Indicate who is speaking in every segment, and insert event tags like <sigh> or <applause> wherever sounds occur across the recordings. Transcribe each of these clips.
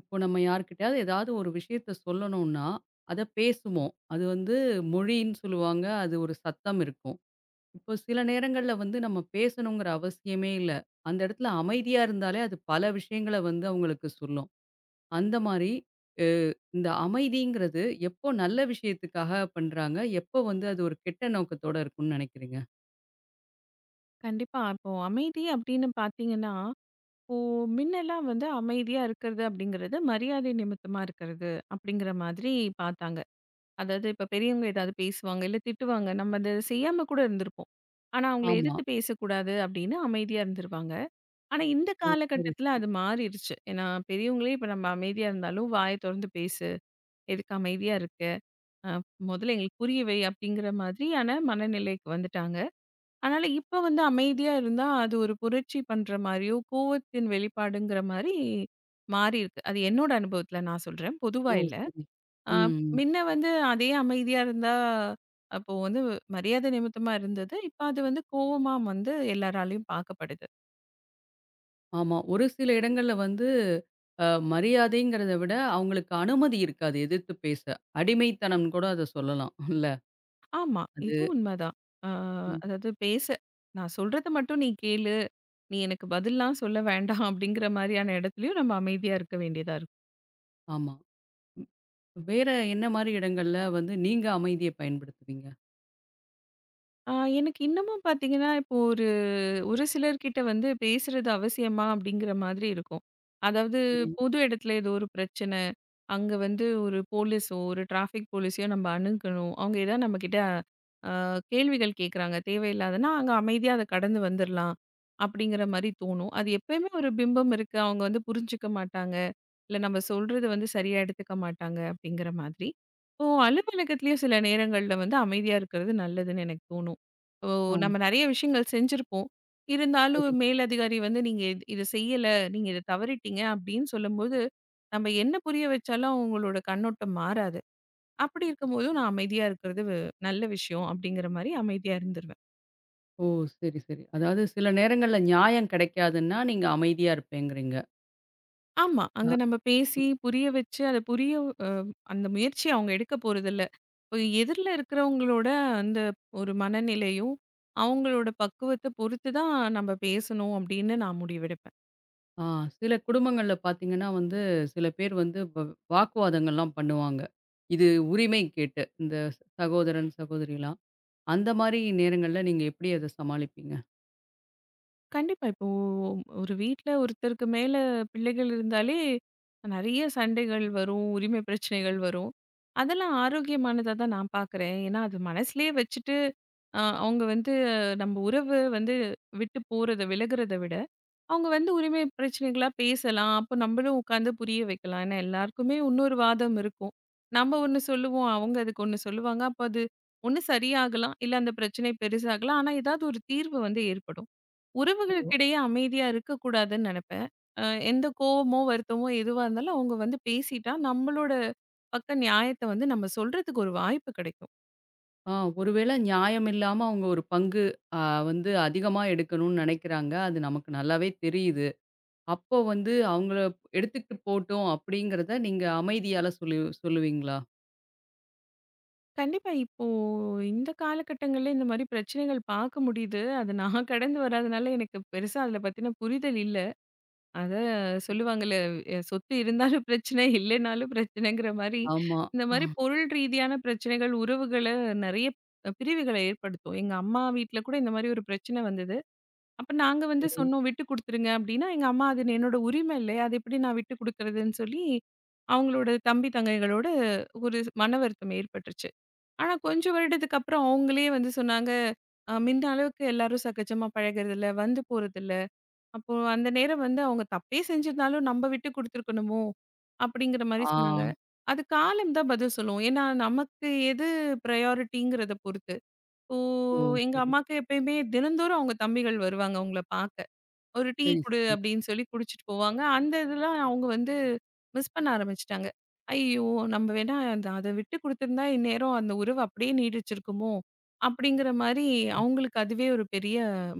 Speaker 1: இப்போ நம்ம யார்கிட்டயாவது ஏதாவது ஒரு விஷயத்த சொல்லணும்னா, அத பேசுவோம். அது வந்து மொழின்னு சொல்லுவாங்க. அது ஒரு சத்தம் இருக்கும். இப்போ சில நேரங்கள்ல வந்து நம்ம பேசணுங்கிற அவசியமே இல்ல. அந்த இடத்துல அமைதியா இருந்தாலே அது பல விஷயங்கள வந்து அவங்களுக்கு சொல்லும். அந்த மாரி அ இந்த அமைதிங்கிறது எப்போ நல்ல விஷயத்துக்காக பண்றாங்க? எப்போ வந்து அது ஒரு கெட்ட நோக்கத்தோட இருக்கும்னு நினைக்கிறீங்க?
Speaker 2: கண்டிப்பா. இப்போ அமைதி அப்படின்னு பார்த்தீங்கன்னா, இப்போ முன்னெல்லாம் வந்து அமைதியா இருக்கிறது அப்படிங்கிறது, மரியாதை நிமித்தமா இருக்கிறது அப்படிங்கிற மாதிரி பார்த்தாங்க. அதாவது இப்ப பெரியவங்க ஏதாவது பேசுவாங்க, இல்ல திட்டுவாங்க. நம்ம அத செய்யாம கூட இருந்திருப்போம். ஆனா அவங்கள
Speaker 1: ஆமா.
Speaker 2: எதிர்த்து பேசக்கூடாது அப்படின்னு அமைதியா இருந்துருவாங்க. ஆனா இந்த
Speaker 1: ஓ! சரி,
Speaker 2: காலகட்டத்தில
Speaker 1: சரி.
Speaker 2: அது மாறிருச்சு. ஏன்னா பெரியவங்களே இப்ப நம்ம அமைதியா இருந்தாலும் வாய தொறந்து பேசு, எதுக்கு அமைதியா இருக்க? அ முதல்ல எங்களுக்கு புரிய வை அப்படிங்கிற மாதிரியான மனநிலைக்கு வந்துட்டாங்க. அதனால இப்ப வந்து அமைதியா இருந்தா, அது ஒரு புரட்சி பண்ற மாரியோ, கோவத்தின் வெளிப்பாடுங்கிற மாரி மாறி இருக்கு. அது என்னோட அனுபவத்துல நான் சொல்றேன். பொதுவா
Speaker 1: ஓ!
Speaker 2: இல்ல.
Speaker 1: சரி.
Speaker 2: அ
Speaker 1: ம்.
Speaker 2: முன்ன வந்து அதே அமைதியா இருந்தா, அப்போ வந்து மரியாதை நிமித்தமா இருந்தது. இப்ப அது வந்து கோவமா வந்து எல்லாராலயும் பார்க்கப்படுது.
Speaker 1: ஆமா. ஒரு சில இடங்கள்ல வந்து அ மரியாதைங்கிறத விட, அவங்களுக்கு அனுமதி இருக்காது எதிர்த்து பேச. அடிமைத்தனம்னு கூட அத சொல்லலாம். இல்ல?
Speaker 2: ஆமா, இதுவும்
Speaker 1: அது
Speaker 2: உண்மதான். அ
Speaker 1: ம்.
Speaker 2: அதாவது பேச நான் சொல்றத மட்டும் நீ கேளு. நீ எனக்கு பதில்லாம் சொல்ல வேண்டாம் அப்படிங்கிற மாரியான இடத்துலயும் நம்ம அமைதியா இருக்க வேண்டியதா இருக்கு.
Speaker 1: ஆமா. ம். வேற என்ன மாரி இடங்கள்ல வந்து நீங்க அமைதிய பயன்படுத்துவீங்க?
Speaker 2: அ எனக்கு இன்னமும் பார்த்தீங்கன்னா, இப்போ ஒரு சிலர்கிட்ட வந்து பேசுறது அவசியமா அப்படிங்கிற மாதிரி இருக்கும். அதாவது
Speaker 1: சரி.
Speaker 2: பொது இடத்துல ஏதோ ஒரு பிரச்சனை, அங்க வந்து ஒரு போலீஸோ, ஒரு டிராஃபிக் போலீஸையோ நம்ம அணுகணும். அவங்க ஏதாவது நம்மகிட்ட அ கேள்விகள் கேட்குறாங்க தேவையில்லாதன்னா, அங்க அமைதியா அத கடந்து வந்துரலாம். அப்படிங்கிற மாரி தோணும். அது எப்பயுமே ஒரு பிம்பம் இருக்கு. அவங்க வந்து புரிஞ்சுக்க மாட்டாங்க. இல்ல நம்ம சொல்றது வந்து சரியா எடுத்துக்க மாட்டாங்க அப்படிங்கிற மாதிரி. இப்போ அலுவலகத்திலயும் சில நேரங்கள்ல வந்து அமைதியா இருக்கிறது நல்லதுன்னு எனக்கு தோணும். ஓ
Speaker 1: ஆ.
Speaker 2: நம்ம நிறைய விஷயங்கள் செஞ்சிருப்போம். இருந்தாலும் ஒரு
Speaker 1: சரி.
Speaker 2: மேலதிகாரி வந்து நீங்க இத செய்யல, நீங்க இத தவறிட்டீங்க அப்படின்னு சொல்லும்போது, நம்ம என்ன புரிய வச்சாலும் அவங்களோட கண்ணோட்டம் மாறாது. அப்படி இருக்கும்போதும் நான் அமைதியா இருக்கிறது நல்ல விஷயம் அப்படிங்கிற மாரி அமைதியா இருந்துருவேன்.
Speaker 1: ஓ! சரி, சரி. அதாவது சில நேரங்கள்ல நியாயம் கிடைக்காதுன்னா, நீங்க அமைதியா இருப்பேங்கிறீங்க.
Speaker 2: ஆமா. அங்க
Speaker 1: அ.
Speaker 2: நம்ம பேசி,
Speaker 1: ம்.
Speaker 2: புரிய வச்சு, அத புரிய அ அந்த முயற்சி அவங்க எடுக்க போறதில்ல. இப்ப எதிர்ல இருக்கிறவங்களோட அந்த ஒரு மனநிலையும், அவங்களோட பக்குவத்த பொறுத்து தான் நம்ம பேசணும் அப்படின்னு நான் முடிவெடுப்பேன்.
Speaker 1: ஆ. சில குடும்பங்கள்ல பார்த்தீங்கன்னா வந்து, சில பேர் வந்து வாக்குவாதங்கள்லாம் பண்ணுவாங்க. இது உரிமை கேட்டு. இந்த சகோதரன், சகோதரிலாம். அந்த மாரி நேரங்கள்ல நீங்க எப்படி அத சமாளிப்பீங்க?
Speaker 2: கண்டிப்பா. இப்போ ஒரு வீட்ல ஒருத்தருக்கு மேல பிள்ளைகள் இருந்தாலே, நெறைய சண்டைகள் வரும், உரிமை பிரச்சனைகள் வரும். அதெல்லாம் ஆரோக்கியமானதா தான் நான் பார்க்குறேன். ஏன்னா அது மனசுலயே வச்சுட்டு, அவங்க வந்து நம்ம உறவு வந்து விட்டு போறத, விலகுறத விட அவங்க வந்து உரிமை பிரச்சனைகளா பேசலாம். அப்போ நம்மளும் உட்காந்து புரிய வைக்கலாம். ஏன்னா எல்லாருக்குமே இன்னொரு வாதம் இருக்கும். நம்ம ஒண்ணு சொல்லுவோம். அவங்க அதுக்கு ஒண்ணு சொல்லுவாங்க. அப்போ அது ஒண்ணு சரியாகலாம். இல்ல அந்த பிரச்சனை பெருசாகலாம். ஆனா ஏதாவது ஒரு தீர்வு வந்து ஏற்படும்.
Speaker 1: ஓ.
Speaker 2: உறவுகளுக்கிடையே அமைதியா இருக்கக்கூடாதுன்னு நெனைப்பேன். அ எந்த கோவமோ, வருத்தமோ எதுவா இருந்தாலும் அவங்க வந்து பேசிட்டா, நம்மளோட பக்க நியாயத்த வந்து நம்ம சொல்றதுக்கு ஒரு வாய்ப்பு கிடைக்கும்.
Speaker 1: ஆ ஒருவேளை நியாயமில்லாம அவங்க ஒரு பங்கு அ வந்து அதிகமா எடுக்கணும்னு நெனைக்கிறாங்க. அது நமக்கு நல்லாவே தெரியுது. அப்போ வந்து அவங்கள எடுத்துக்கிட்டு போட்டும் அப்படிங்கிறத நீங்க அமைதியால சொல்லுவீங்களா?
Speaker 2: கண்டிப்பா. இப்போ இந்த காலகட்டங்கள்ல இந்த மாரி பிரச்சனைகள் பார்க்க முடியுது. அது நான் கடந்து வராதனால எனக்கு பெருசா அதில பத்தின புரிதல் இல்ல. அத சொல்லுவாங்கல்ல, "எ சொத்து இருந்தாலும் பிரச்சனை, இல்லைனாலும் பிரச்சனைங்கிற" மாரி
Speaker 1: ஆமா.
Speaker 2: இந்த
Speaker 1: ஆ,
Speaker 2: மாரி பொருள் ரீதியான பிரச்சனைகள் உறவுகள நெறைய பிரிவுகள ஏற்படுத்தும். எங்க அம்மா வீட்ல கூட இந்த மாரி ஒரு பிரச்சனை வந்தது. அப்ப நாங்க வந்து
Speaker 1: சரி.
Speaker 2: சொன்னோம், "விட்டு குடுத்துருங்க" அப்டின்னா, எங்க அம்மா, "அது என்னோட உரிமை இல்லையா? அது எப்படி நான் விட்டு குடுக்குறதுன்னு" சொல்லி, அவங்களோட தம்பி, தங்கைகளோட ஒரு மன வருத்தம் ஏற்பட்டுருச்சு. ஆனா, கொஞ்சம் வருடத்துக்கு அப்புறம் அவங்களே வந்து சொன்னாங்க, "முன்ன அளவுக்கு எல்லாரும் சகஜமா பழகுறதில்ல, வந்து போறதில்ல." அப்போ அந்த நேரம் வந்து அவங்க தப்பே செஞ்சிருந்தாலும் நம்ம விட்டு குடுத்துருக்கணுமோ! அப்படிங்கிற மாரி
Speaker 1: ஆ.
Speaker 2: சொன்னாங்க. அது காலம் தான் பதில் சொல்லும். ஏன்னா, நமக்கு எது ப்ரையாரிட்டிங்கிறத பொறுத்து. இப்போ
Speaker 1: ஓ!
Speaker 2: எங்க
Speaker 1: சரி.
Speaker 2: அம்மாக்கு எப்பயுமே தினந்தோறும் அவங்க தம்பிகள் வருவாங்க அவங்கள பாக்க. ஒரு டீ
Speaker 1: சரி,
Speaker 2: குடு
Speaker 1: சரி.
Speaker 2: அப்படின்னு சொல்லி குடிச்சிட்டு போவாங்க. அந்த இதெல்லாம் அவங்க வந்து மிஸ் பண்ண ஆரம்பிச்சுட்டாங்க. ஐயோ! நம்ம வேணா அந்த அத விட்டு குடுத்திருந்தா இந்நேரம் அந்த உறவு அப்படியே நீடிச்சிருக்குமோ! அப்படிங்கிற மாரி அவங்களுக்கு அதுவே ஒரு பெரிய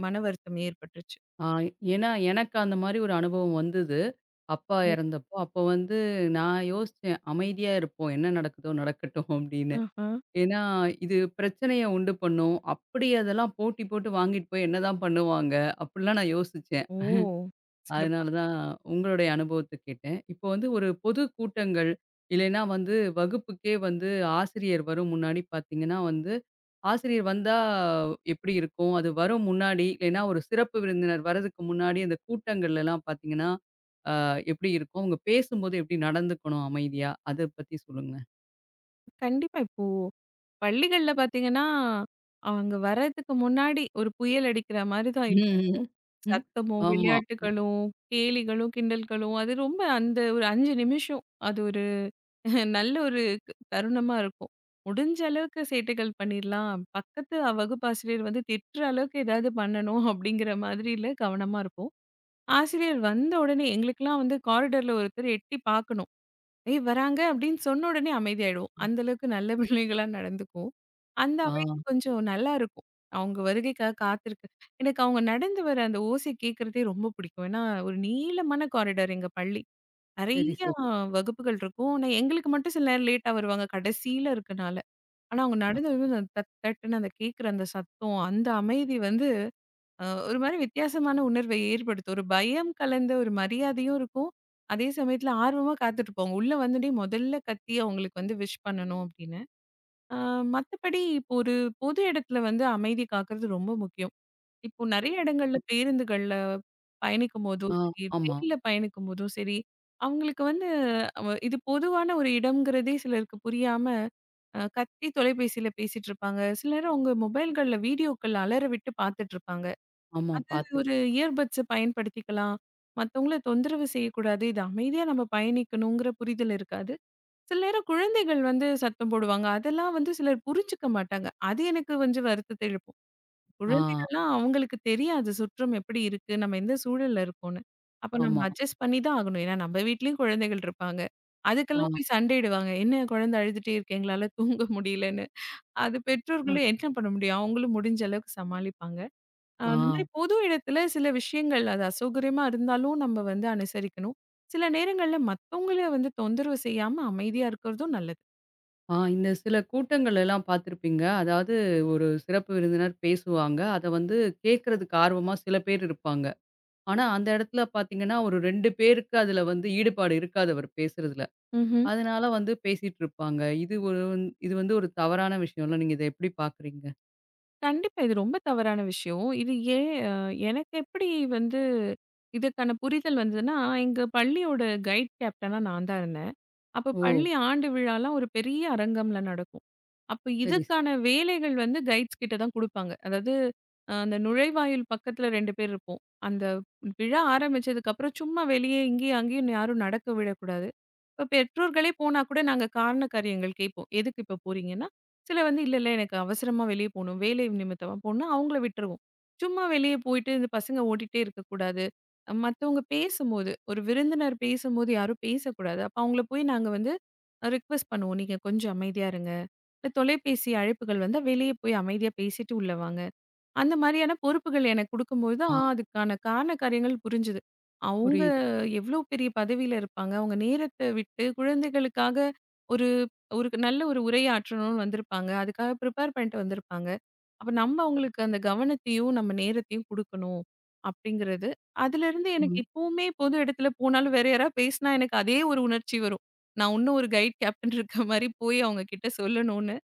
Speaker 2: மன வருத்தம் ஏற்பட்டுருச்சு.
Speaker 1: ஆ ஏன்னா எனக்கு அந்த மாரி ஒரு அனுபவம் வந்தது. அப்பா
Speaker 2: ஓ!
Speaker 1: இறந்தப்போ. அப்போ வந்து நான் யோசிச்சேன். அமைதியா இருப்போம். என்ன நடக்குதோ நடக்கட்டும் அப்படின்னு.
Speaker 2: ஆஹா.
Speaker 1: ஏன்னா, இது பிரச்சனைய உண்டு பண்ணும். அப்படி அதெல்லாம் போட்டி போட்டு வாங்கிட்டு போய் என்னதான் பண்ணுவாங்க? அப்படிலாம் நான் யோசிச்சேன்.
Speaker 2: ஓ! சிறப்பு.
Speaker 1: அதனால தான் உங்களுடைய அனுபவத்த கேட்டேன். இப்போ வந்து ஒரு பொது கூட்டங்கள், இல்லைன்னா வந்து வகுப்புக்கே வந்து ஆசிரியர் வரும் முன்னாடி பார்த்தீங்கன்னா வந்து, ஆசிரியர் வந்தா எப்படி இருக்கும்? அது வரும் முன்னாடி, இல்லைன்னா ஒரு சிறப்பு விருந்தினர் வரதுக்கு முன்னாடி அந்த கூட்டங்கள்லலாம் பார்த்தீங்கன்னா, அ எப்படி இருக்கும்? அவங்க பேசும்போது எப்படி நடந்துக்கணும் அமைதியா? அத பத்தி சொல்லுங்க.
Speaker 2: கண்டிப்பா. இப்போ பள்ளிகள்ல பார்த்தீங்கன்னா, அவங்க வர்றதுக்கு முன்னாடி ஒரு புயல் அடிக்கிற மாரி தான் இருக்கும்.
Speaker 1: ம். ம்.
Speaker 2: சத்தமும்,
Speaker 1: ஆமா.
Speaker 2: விளையாட்டுகளும், கேலிகளும், கிண்டல்களும் அது ரொம்ப அந்த ஒரு 5 நிமிஷம் அது நல்ல ஒரு தருணமா இருக்கும். முடிஞ்ச அளவுக்கு சேட்டைகள் பண்ணிர்லாம். பக்கத்து வகுப்பு ஆசிரியர் வந்து திட்டுற அளவுக்கு ஏதாவது பண்ணணும் அப்படிங்கிற மாதிரில கவனமா இருப்போம். ஆசிரியர் வந்த உடனே எங்களுக்கெல்லாம் வந்து காரிடார்ல ஒருத்தர் எட்டி பார்க்கணும். "ஏய் வராங்க" அப்படின்னு சொன்ன உடனே அமைதியாயிடுவோம். அந்த அளவுக்கு நல்ல <laughs> பிள்ளைகளா நடந்துக்குவோம். அந்த
Speaker 1: ஆ.
Speaker 2: அமைதி கொஞ்சம் நல்லா இருக்கும். அவங்க வருகைக்காக காத்திருக்கு எனக்கு அவங்க நடந்து வர அந்த ஓசை கேட்கிறதே ரொம்ப பிடிக்கும். ஏன்னா ஒரு நீளமான காரிடார் எங்க பள்ளி.
Speaker 1: சரி,
Speaker 2: நெறைய
Speaker 1: சரி.
Speaker 2: வகுப்புகள் இருக்கும். ஆனா, எங்களுக்கு மட்டும் சில நேரம் லேட்டா வருவாங்க, கடைசியில இருக்கனால. ஆனா, அவங்க
Speaker 1: அ
Speaker 2: நடந்து வரும்போது அந்த தட் தட்டுன்னு அந்த கேட்கிற அந்த சத்தம், அந்த அமைதி வந்து ஒரு மாரி வித்தியாசமான உணர்வை ஏற்படுத்தும். ஒரு பயம் கலந்த ஒரு மரியாதையும் இருக்கும். அதே சமயத்தில ஆர்வமா காத்துட்டுருப்போம். உள்ள வந்துட்டே முதல்ல கத்தி அவங்களுக்கு வந்து விஷ் பண்ணணும் அப்படின்னு. அ மத்தபடி இப்போ ஒரு பொது இடத்துல வந்து அமைதி காக்குறது ரொம்ப முக்கியம். இப்போ நெறைய இடங்கள்ல பேருந்துகள்ல பயணிக்கும்போதும்
Speaker 1: ஆ
Speaker 2: சரி,
Speaker 1: ஆமா,
Speaker 2: ரெயில்ல பயணிக்கும்போதும் சரி, அவங்களுக்கு வந்து இது பொதுவான ஒரு இடம்ங்கிறதே சிலருக்கு புரியாம, கத்தி தொலைபேசியில பேசிட்டு இருப்பாங்க. சில நேரம் அவங்க மொபைல்கள்ல வீடியோக்கள் அலற விட்டு பார்த்துட்டு இருப்பாங்க.
Speaker 1: ஆமா.
Speaker 2: அது
Speaker 1: பார்த்துருக்கேன்.
Speaker 2: ஒரு இயர்பட்ஸ பயன்படுத்திக்கலாம். மத்தவங்கள தொந்தரவு செய்யக்கூடாது. இது அமைதியா நம்ம பயணிக்கணுங்கிற புரிதல் இருக்காது. சில நேரம் குழந்தைகள் வந்து சத்தம் போடுவாங்க. அதெல்லாம் வந்து சிலர் புரிஞ்சுக்க மாட்டாங்க. அது எனக்கு கொஞ்சம் வருத்தத்த எழுப்பும்.
Speaker 1: ஆ
Speaker 2: குழந்தைகள்லாம் அவங்களுக்கு தெரியாது சுற்றம் எப்படி இருக்கு? நம்ம எந்த சூழல்ல இருக்கோம்ன்னு. அப்ப நம்ம
Speaker 1: ஆமா.
Speaker 2: அட்ஜஸ்ட் பண்ணி தான் ஆகணும். ஏன்னா நம்ம வீட்லயும் குழந்தைகள் இருப்பாங்க.
Speaker 1: ஆ,
Speaker 2: அதுக்கெல்லாம் போய் சண்டையிடுவாங்க. என்ன குழந்தை அழுதுட்டே இருக்கு, எங்களால தூங்க முடியலன்னு. அது
Speaker 1: ஆ,
Speaker 2: பெற்றோர்களும் என்ன பண்ண முடியும்? அவங்களும் முடிஞ்ச அளவுக்கு சமாளிப்பாங்க.
Speaker 1: ஆ,
Speaker 2: அந்த மாரி பொது இடத்துல சில விஷயங்கள் அது அசௌகரியமா இருந்தாலும் நம்ம வந்து அனுசரிக்கணும். சில நேரங்கள்ல மத்தவங்கள வந்து தொந்தரவு செய்யாம அமைதியா இருக்கிறதும் நல்லது.
Speaker 1: ஆ. இந்த சில கூட்டங்கள் எல்லாம் பார்த்துருப்பீங்க. அதாவது ஒரு சிறப்பு விருந்தினர் பேசுவாங்க. அத வந்து கேட்கறதுக்கு ஆர்வமா சில பேர் இருப்பாங்க. ஆனா, அந்த இடத்துல பார்த்தீங்கன்னா, ஒரு 2 பேருக்கு அதுல வந்து ஈடுபாடு இருக்காது அவர் பேசுறதுல.
Speaker 2: ம்ஹ்ம்.
Speaker 1: அதனால வந்து பேசிட்டு இருப்பாங்க. இது வந்து ஒரு தவறான விஷயம்ல நீங்க இத எப்படி பார்க்குறீங்க?
Speaker 2: கண்டிப்பா. இது ரொம்ப தவறான விஷயம். இது ஏன் எனக்கு எப்படி வந்து இதுக்கான புரிதல் வந்ததுன்னா, எங்க பள்ளியோட கைட் கேப்டனா நான் தான் இருந்தேன். அப்ப
Speaker 1: ஓ!
Speaker 2: பள்ளி ஆண்டு விழாலாம் ஒரு பெரிய அரங்கம்ல நடக்கும். அப்ப
Speaker 1: சரி,
Speaker 2: இதுக்கான
Speaker 1: சரி.
Speaker 2: வேலைகள் வந்து கைட்ஸ் கிட்ட தான் குடுப்பாங்க. அதாவது அந்த நுழைவாயில் பக்கத்துல 2 பேர் இருப்போம். அந்த விழா ஆரம்பிச்சதுக்கு அப்புறம் சும்மா வெளியே இங்கேயும் அங்கேயும் யாரும் நடக்க விடக்கூடாது. இப்ப பெற்றோர்களே போனா கூட நாங்க காரண காரியங்கள் கேட்போம். எதுக்கு இப்ப போறீங்கன்னா, சில வந்து இல்ல, இல்ல எனக்கு அவசரமா வெளியே போணும். வேலை நிமித்தமா போணும்னா அவங்கள விட்டுருவோம். சும்மா வெளியே போயிட்டு இந்த பசங்க ஓடிட்டே இருக்கக்கூடாது. மத்தவங்க பேசும்போது, ஒரு விருந்தினர் பேசும்போது யாரும் பேசக்கூடாது. அப்ப அவங்கள போய் நாங்க வந்து ரிக்வெஸ்ட் பண்ணுவோம். நீங்க கொஞ்சம் அமைதியா இருங்க. இல்ல தொலைபேசி அழைப்புகள் வந்தா வெளிய போய் அமைதியா பேசிட்டு உள்ள வாங்க. அந்த மாரியான பொறுப்புகள் எனக்கு குடுக்கும்போது ஆ
Speaker 1: ஆ
Speaker 2: அதுக்கான காரண காரியங்கள் புரிஞ்சுது. அவங்க
Speaker 1: புரியுது.
Speaker 2: எவ்ளோ பெரிய பதவியில இருப்பாங்க. அவங்க நேரத்த விட்டு குழந்தைகளுக்காக ஒரு ஒரு நல்ல ஒரு உரையாற்றணும்னு வந்திருப்பாங்க. அதுக்காக ப்ரிப்பேர் பண்ணிட்டு வந்திருப்பாங்க. அப்ப நம்ம அவங்களுக்கு அந்த கவனத்தையும், நம்ம நேரத்தையும் குடுக்கணும் அப்படிங்கிறது. அதிலிருந்து எனக்கு
Speaker 1: ம்.
Speaker 2: இப்பவுமே பொது இடத்துல போனாலும் வேற யாராவது பேசினா எனக்கு அதே ஒரு உணர்ச்சி வரும். நான் இன்னும் ஒரு கைட் கேப்டன் இருக்க மாரி போய் அவங்க கிட்ட சொல்லணும்னு.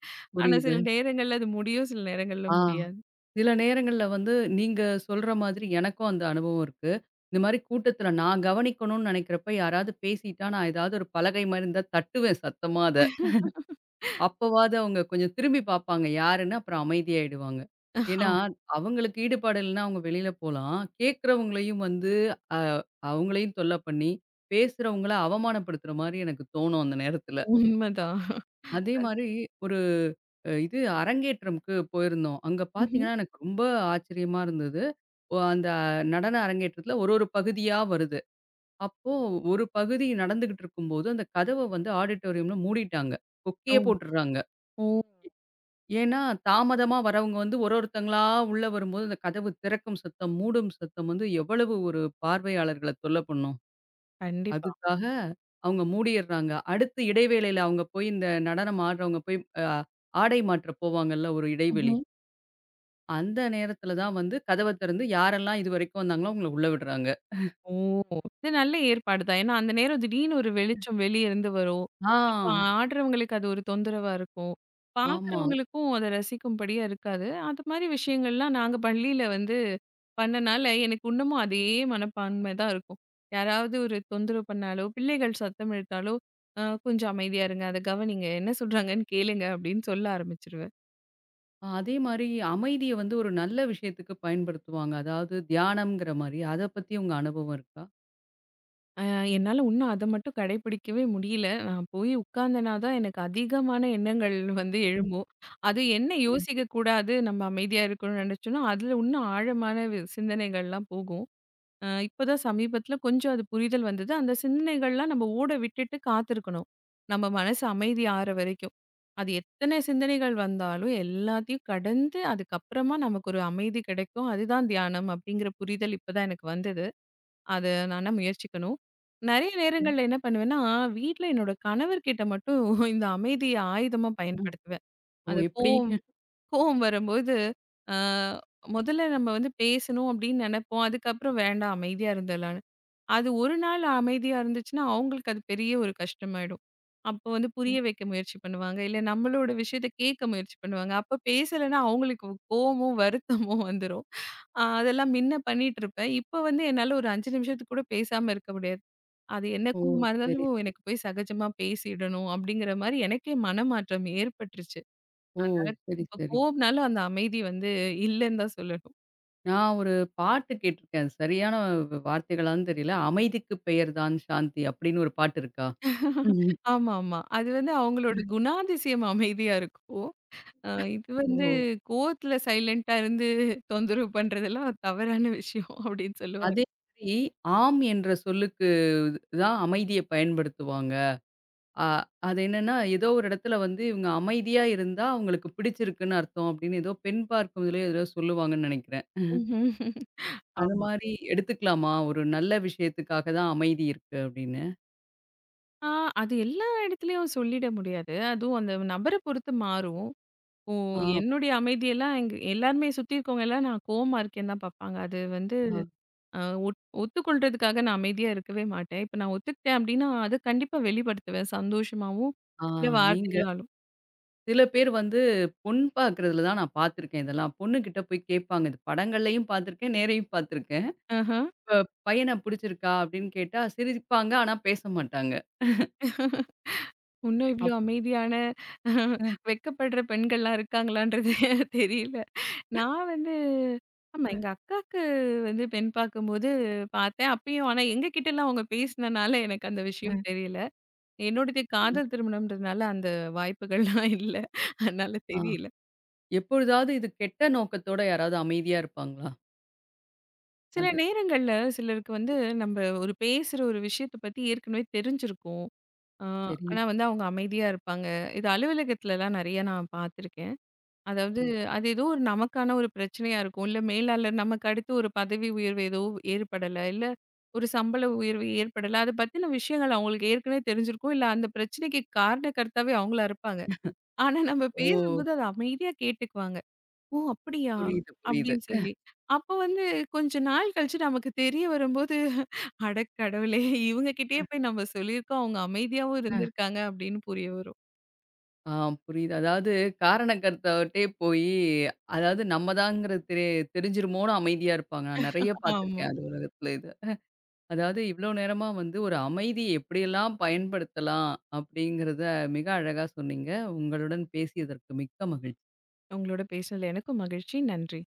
Speaker 2: ஆனா
Speaker 1: புரியுது.
Speaker 2: சில நேரங்கள்ல அது முடியும், சில நேரங்கள்ல
Speaker 1: ஆ.
Speaker 2: முடியாது.
Speaker 1: சில நேரங்கள்ல வந்து நீங்க சொல்ற மாதிரி எனக்கும் அந்த அனுபவம் இருக்கு. இந்த மாரி கூட்டத்தில நான் கவனிக்கணும்னு நினைக்கிறப்ப யாராவது பேசிட்டா, நான் ஏதாவது ஒரு பலகை மாரி இருந்தா தட்டுவேன் சத்தமா அத. அப்பவாவது அவங்க கொஞ்சம் திரும்பி பார்ப்பாங்க யாருன்னு, அப்புறம் அமைதியாயிடுவாங்க.
Speaker 2: ஆ
Speaker 1: ஏன்னா, அவங்களுக்கு ஈடுபாடு இல்லைன்னா அவங்க வெளியில போலாம். கேட்கிறவங்களையும் வந்து அ அவங்களையும் தொல்ல பண்ணி, பேசுறவங்கள அவமானப்படுத்துற மாரி எனக்கு தோணும் அந்த நேரத்தில.
Speaker 2: உண்மதான்.
Speaker 1: அதே மாரி ஒரு இது அரங்கேற்றம்க்கு போயிருந்தோம். அங்க
Speaker 2: ம்ஹ்ம்.
Speaker 1: பார்த்தீங்கன்னா, எனக்கு ரொம்ப ஆச்சரியமா இருந்தது. அந்த நடன அரங்கேற்றத்துல ஒரு ஒரு பகுதியா வருது. அப்போ ஒரு பகுதி நடந்துகிட்டு இருக்கும்போது, அந்த கதவ வந்து ஆடிட்டோரியம்ல மூடிட்டாங்க.
Speaker 2: ஓ!
Speaker 1: கொக்கியே போட்டுர்றாங்க.
Speaker 2: ஓ!
Speaker 1: ஏன்னா, தாமதமா வரவங்க வந்து ஒரு ஒருத்தங்களா உள்ள வரும்போது, அந்த கதவு திறக்கும் சத்தம், மூடும் சத்தம் வந்து எவ்வளவு ஒரு பார்வையாளர்கள தொல்ல பண்ணும்.
Speaker 2: கண்டிப்பா.
Speaker 1: அதுக்காக அவங்க மூடிர்றாங்க. அடுத்து இடைவேளையில அவங்க போய் இந்த நடனம் ஆடுறவங்க போய் அ ஆடை மாற்ற போவாங்கல்ல ஒரு இடைவெளி.
Speaker 2: ம்ஹ்ம்.
Speaker 1: அந்த நேரத்தில தான் வந்து கதவ திறந்து யாரெல்லாம் இதுவரைக்கும் வந்தாங்களோ அவங்கள உள்ள விடுறாங்க.
Speaker 2: ஓ! இது நல்ல ஏற்பாடு தான். ஏன்னா, அந்த நேரம் திடீர்னு ஒரு வெளிச்சம் வெளிய இருந்து வரும்.
Speaker 1: ஆ,
Speaker 2: அப்போ ஆடுறவங்களுக்கு அது ஒரு தொந்தரவா இருக்கும்.
Speaker 1: ஆமா.
Speaker 2: பார்க்குறவங்களுக்கும் அத ரசிக்கும்படியா இருக்காது. அது மாரி விஷயங்கள்லாம் நாங்க பள்ளியில வந்து பண்ணனால, எனக்கு இன்னமும் அதே மனப்பான்மை தான் இருக்கும். யாராவது ஒரு தொந்தரவு பண்ணாலோ, பிள்ளைகள் சத்தம் எடுத்தாலோ, கொஞ்சம் அமைதியா இருங்க. அத கவனிங்க. என்ன சொல்றாங்கன்னு கேளுங்க அப்படின்னு சொல்ல ஆரம்பிச்சுருவேன்.
Speaker 1: ஆ, அதே மாரி அமைதிய வந்து ஒரு நல்ல விஷயத்துக்கு பயன்படுத்துவாங்க. அதாவது தியானம்ங்கிற மாரி. அத பத்தி உங்க அனுபவம் இருக்கா?
Speaker 2: அ என்னால இன்னும் அத மட்டும் கடைபிடிக்கவே முடியல. நான் போய் உட்கார்ந்தேனா தான் எனக்கு அதிகமான எண்ணங்கள் வந்து
Speaker 1: ம்,
Speaker 2: எழும்பும். அது என்ன யோசிக்கக் கூடாது, நம்ம அமைதியா இருக்கணும்னு நெனச்சோம்னா, அதுல இன்னும் ஆழமான சிந்தனைகள்லாம் போகும். இப்பதான் சமீபத்தில கொஞ்சம் அது புரிதல் வந்தது. அந்த சிந்தனைகள்லாம் நம்ம ஓட விட்டுட்டு காத்திருக்கணும். நம்ம மனசு அமைதி ஆற வரைக்கும். அது எத்தன சிந்தனைகள் வந்தாலும் எல்லாத்தையும் கடந்து அதுக்கப்புறமா நமக்கு ஒரு அமைதி கெடைக்கும். அதுதான் தியானம் அப்படிங்கிற புரிதல் இப்ப தான் எனக்கு வந்தது. அது நானா முயற்சிக்கணும். நெறைய
Speaker 1: ம்,
Speaker 2: நேரங்கள்ல என்ன பண்ணுவேன்னா, வீட்ல என்னோட கணவர்கிட்ட மட்டும் <laughs> இந்த அமைதிய ஆயுதமா
Speaker 1: ம்.
Speaker 2: பயன்படுத்துவேன்.
Speaker 1: ஓ!
Speaker 2: அந்த
Speaker 1: எப்படி?
Speaker 2: கோவம் கோவம் வரும்போது, அ முதல்ல நம்ம வந்து பேசணும் அப்படின்னு நெனைப்போம். அதுக்கப்புறம் வேண்டாம் அமைதியா இருந்துடலான்னு. அது ஒரு நாள் அமைதியா இருந்துச்சுன்னா, அவங்களுக்கு அது பெரிய ஒரு கஷ்டமாயிடும். அப்போ வந்து புரிய வைக்க முயற்சி பண்ணுவாங்க. இல்ல நம்மளோட விஷயத்த கேட்க முயற்சி பண்ணுவாங்க. அப்ப பேசலன்னா அவங்களுக்கு கோவமும், வருத்தமும் வந்துரும். அதெல்லாம் மின்ன பண்ணிட்டுருப்பேன். இப்ப வந்து என்னால ஒரு 5 நிமிஷத்துக்கு கூட பேசாம இருக்க முடியாது. அது என்ன
Speaker 1: ஓ!
Speaker 2: கோவமா
Speaker 1: சரி,
Speaker 2: இருந்தாலும்
Speaker 1: சரி.
Speaker 2: எனக்கு போய் சகஜமா பேசிடணும் அப்படிங்கிற மாரி எனக்கே மனமாற்றம் ஏற்பட்டுருச்சு.
Speaker 1: ஓ!
Speaker 2: அதனால
Speaker 1: சரி,
Speaker 2: இப்ப
Speaker 1: சரி.
Speaker 2: கோவம்னாலும் அந்த அமைதி வந்து இல்லன்னு தான் சொல்லணும்.
Speaker 1: நான் ஒரு பாட்டு கேட்டுருக்கேன். சரியான வார்த்தைகளான்னு தெரியல. "அமைதிக்கு பெயர்தான் சாந்தி" அப்படின்னு ஒரு பாட்டு இருக்கா?
Speaker 2: <laughs>
Speaker 1: ம்.
Speaker 2: ஆமா, ஆமா. அது வந்து அவங்களோட குணாதிசயம் அமைதியா இருக்கும். இது வந்து
Speaker 1: ஓ!
Speaker 2: கோவத்துல சைலன்ட்டா இருந்து தொந்தரவு பண்றதெல்லாம் தவறான விஷயம் <laughs> அப்படின்னு சொல்லுவாங்க.
Speaker 1: அதே மாதிரி "ஆம்" என்ற சொல்லுக்கு தான் அமைதிய பயன்படுத்துவாங்க. அ அது என்னன்னா, ஏதோ ஒரு இடத்துல வந்து இவங்க அமைதியா இருந்தா அவங்களுக்கு பிடிச்சிருக்குன்னு அர்த்தம் அப்படின்னு ஏதோ பெண் பார்க்கும்திலயோ ஏதோ சொல்லுவாங்கன்னு நெனைக்கிறேன்.
Speaker 2: ம்ஹ்ம்.
Speaker 1: அது
Speaker 2: ஆமா.
Speaker 1: மாரி எடுத்துக்கலாமா? ஒரு நல்ல விஷயத்துக்காக தான் அமைதி இருக்கு அப்படின்னு.
Speaker 2: ஆ அது எல்லா இடத்துலயும் சொல்லிட முடியாது. அதுவும் அந்த நபர பொறுத்து மாறும். ஓ
Speaker 1: ஆ,
Speaker 2: என்னுடைய அமைதியெல்லாம் எங்க எல்லாருமே சுத்தி இருக்கவங்க எல்லாம் நான் கோவமா இருக்கேன்னு தான் பார்ப்பாங்க. அது வந்து
Speaker 1: ஆ,
Speaker 2: அ ஒத் ஒத்துக்கொள்றதுக்காக நான் அமைதியா இருக்கவே மாட்டேன். இப்ப நான் ஒத்துக்கிட்டேன் அப்படின்னா, அத கண்டிப்பா வெளிப்படுத்துவேன் சந்தோஷமாவும்,
Speaker 1: ஆ.
Speaker 2: இல்ல
Speaker 1: நீங்க
Speaker 2: வார்த்தைகளாலும்.
Speaker 1: சில பேர் வந்து பொன் பார்க்கறதுல தான் நான் பார்த்துருக்கேன் இதெல்லாம். பொண்ணுகிட்ட போய் கேட்பாங்க. இது படங்கள்லயும் பார்த்துருக்கேன், நேரையும் பார்த்துருக்கேன்.
Speaker 2: ஆஹ.
Speaker 1: பையன புடிச்சிருக்கா? அப்படின்னு கேட்டா சிரிப்பாங்க. ஆனா பேச மாட்டாங்க.
Speaker 2: இன்னும் இவ்ளோ
Speaker 1: அப்
Speaker 2: அமைதியான
Speaker 1: ம்,
Speaker 2: வெட்கப்படுற பெண்கள்லாம் இருக்காங்களான்றது <laughs> தெரியல. நான் வந்து ஆமா எங்க அக்காக்கு வந்து பெண் பார்க்கும்போது பார்த்தேன். அப்பயும் ஆனா எங்க கிட்டலாம் அவங்க பேசினனால எனக்கு அந்த விஷயம்
Speaker 1: ம்.
Speaker 2: தெரியல. என்னோடது காதல் திருமணம்ன்றதுனால அந்த வாய்ப்புகள்லாம் <laughs> இல்ல. அதனால
Speaker 1: ஆ
Speaker 2: தெரியல.
Speaker 1: எப்பொழுதாவது இது கெட்ட நோக்கத்தோட யாராவது அமைதியா இருப்பாங்களா?
Speaker 2: சில
Speaker 1: அது
Speaker 2: நேரங்கள்ல சிலருக்கு வந்து நம்ம ஒரு பேசுற ஒரு விஷயத்த பத்தி ஏற்கனவே தெரிஞ்சிருக்கும். அ
Speaker 1: சரி.
Speaker 2: ஆனா வந்து அவங்க அமைதியா இருப்பாங்க. இது அலுவலகத்துலலாம் நெறைய நான் பார்த்துருக்கேன். அதாவது,
Speaker 1: ஓ
Speaker 2: அது ஏதோ ஒரு நமக்கான ஒரு பிரச்சனையா இருக்கும். இல்ல மேலாளர் நமக்கு அடுத்து ஒரு பதவி உயர்வு ஏதோ ஏற்படல. இல்ல ஒரு சம்பள உயர்வு ஏற்படல. அத பத்தின விஷயங்கள் அவங்களுக்கு ஏற்கனவே தெரிஞ்சிருக்கும். இல்ல அந்த பிரச்சனைக்கு காரணகர்த்தாவே அவங்களா இருப்பாங்க. ஆனா நம்ம
Speaker 1: ஓ
Speaker 2: பேசும்போது அத அமைதியா கேட்டுக்குவாங்க. "ஓ! அப்படியா?"
Speaker 1: புரியுது, புரியுது.
Speaker 2: அப்படின்னு சொல்லி. அப்போ வந்து கொஞ்ச நாள் கழிச்சு நமக்கு தெரிய வரும்போது, "அட கடவுளே! இவங்க கிட்டயே போய் நம்ம சொல்லியிருக்கோம். அவங்க அமைதியாவும்
Speaker 1: அஹ்,
Speaker 2: இருந்திருக்காங்க" அப்படின்னு புரிய வரும்.
Speaker 1: ஆ புரியுது. அதாவது காரண கர்த்தாவட்டயே போயி, அதாவது நம்ம தான்ங்கிறது தெரிஞ்சிருமோன்னு அமைதியா இருப்பாங்க. நான் நெறைய
Speaker 2: ஆமா.
Speaker 1: பார்த்துருக்கேன் அலுவலகத்துல இத. அதாவது இவ்வளோ நேரமா வந்து ஒரு அமைதி எப்படியெல்லாம் பயன்படுத்தலாம் அப்படிங்கிறத மிக அழகா சொன்னீங்க. உங்களுடன் பேசியதற்கு மிக்க மகிழ்ச்சி.
Speaker 2: உங்களோட பேசினதுல எனக்கும் மகிழ்ச்சி. நன்றி.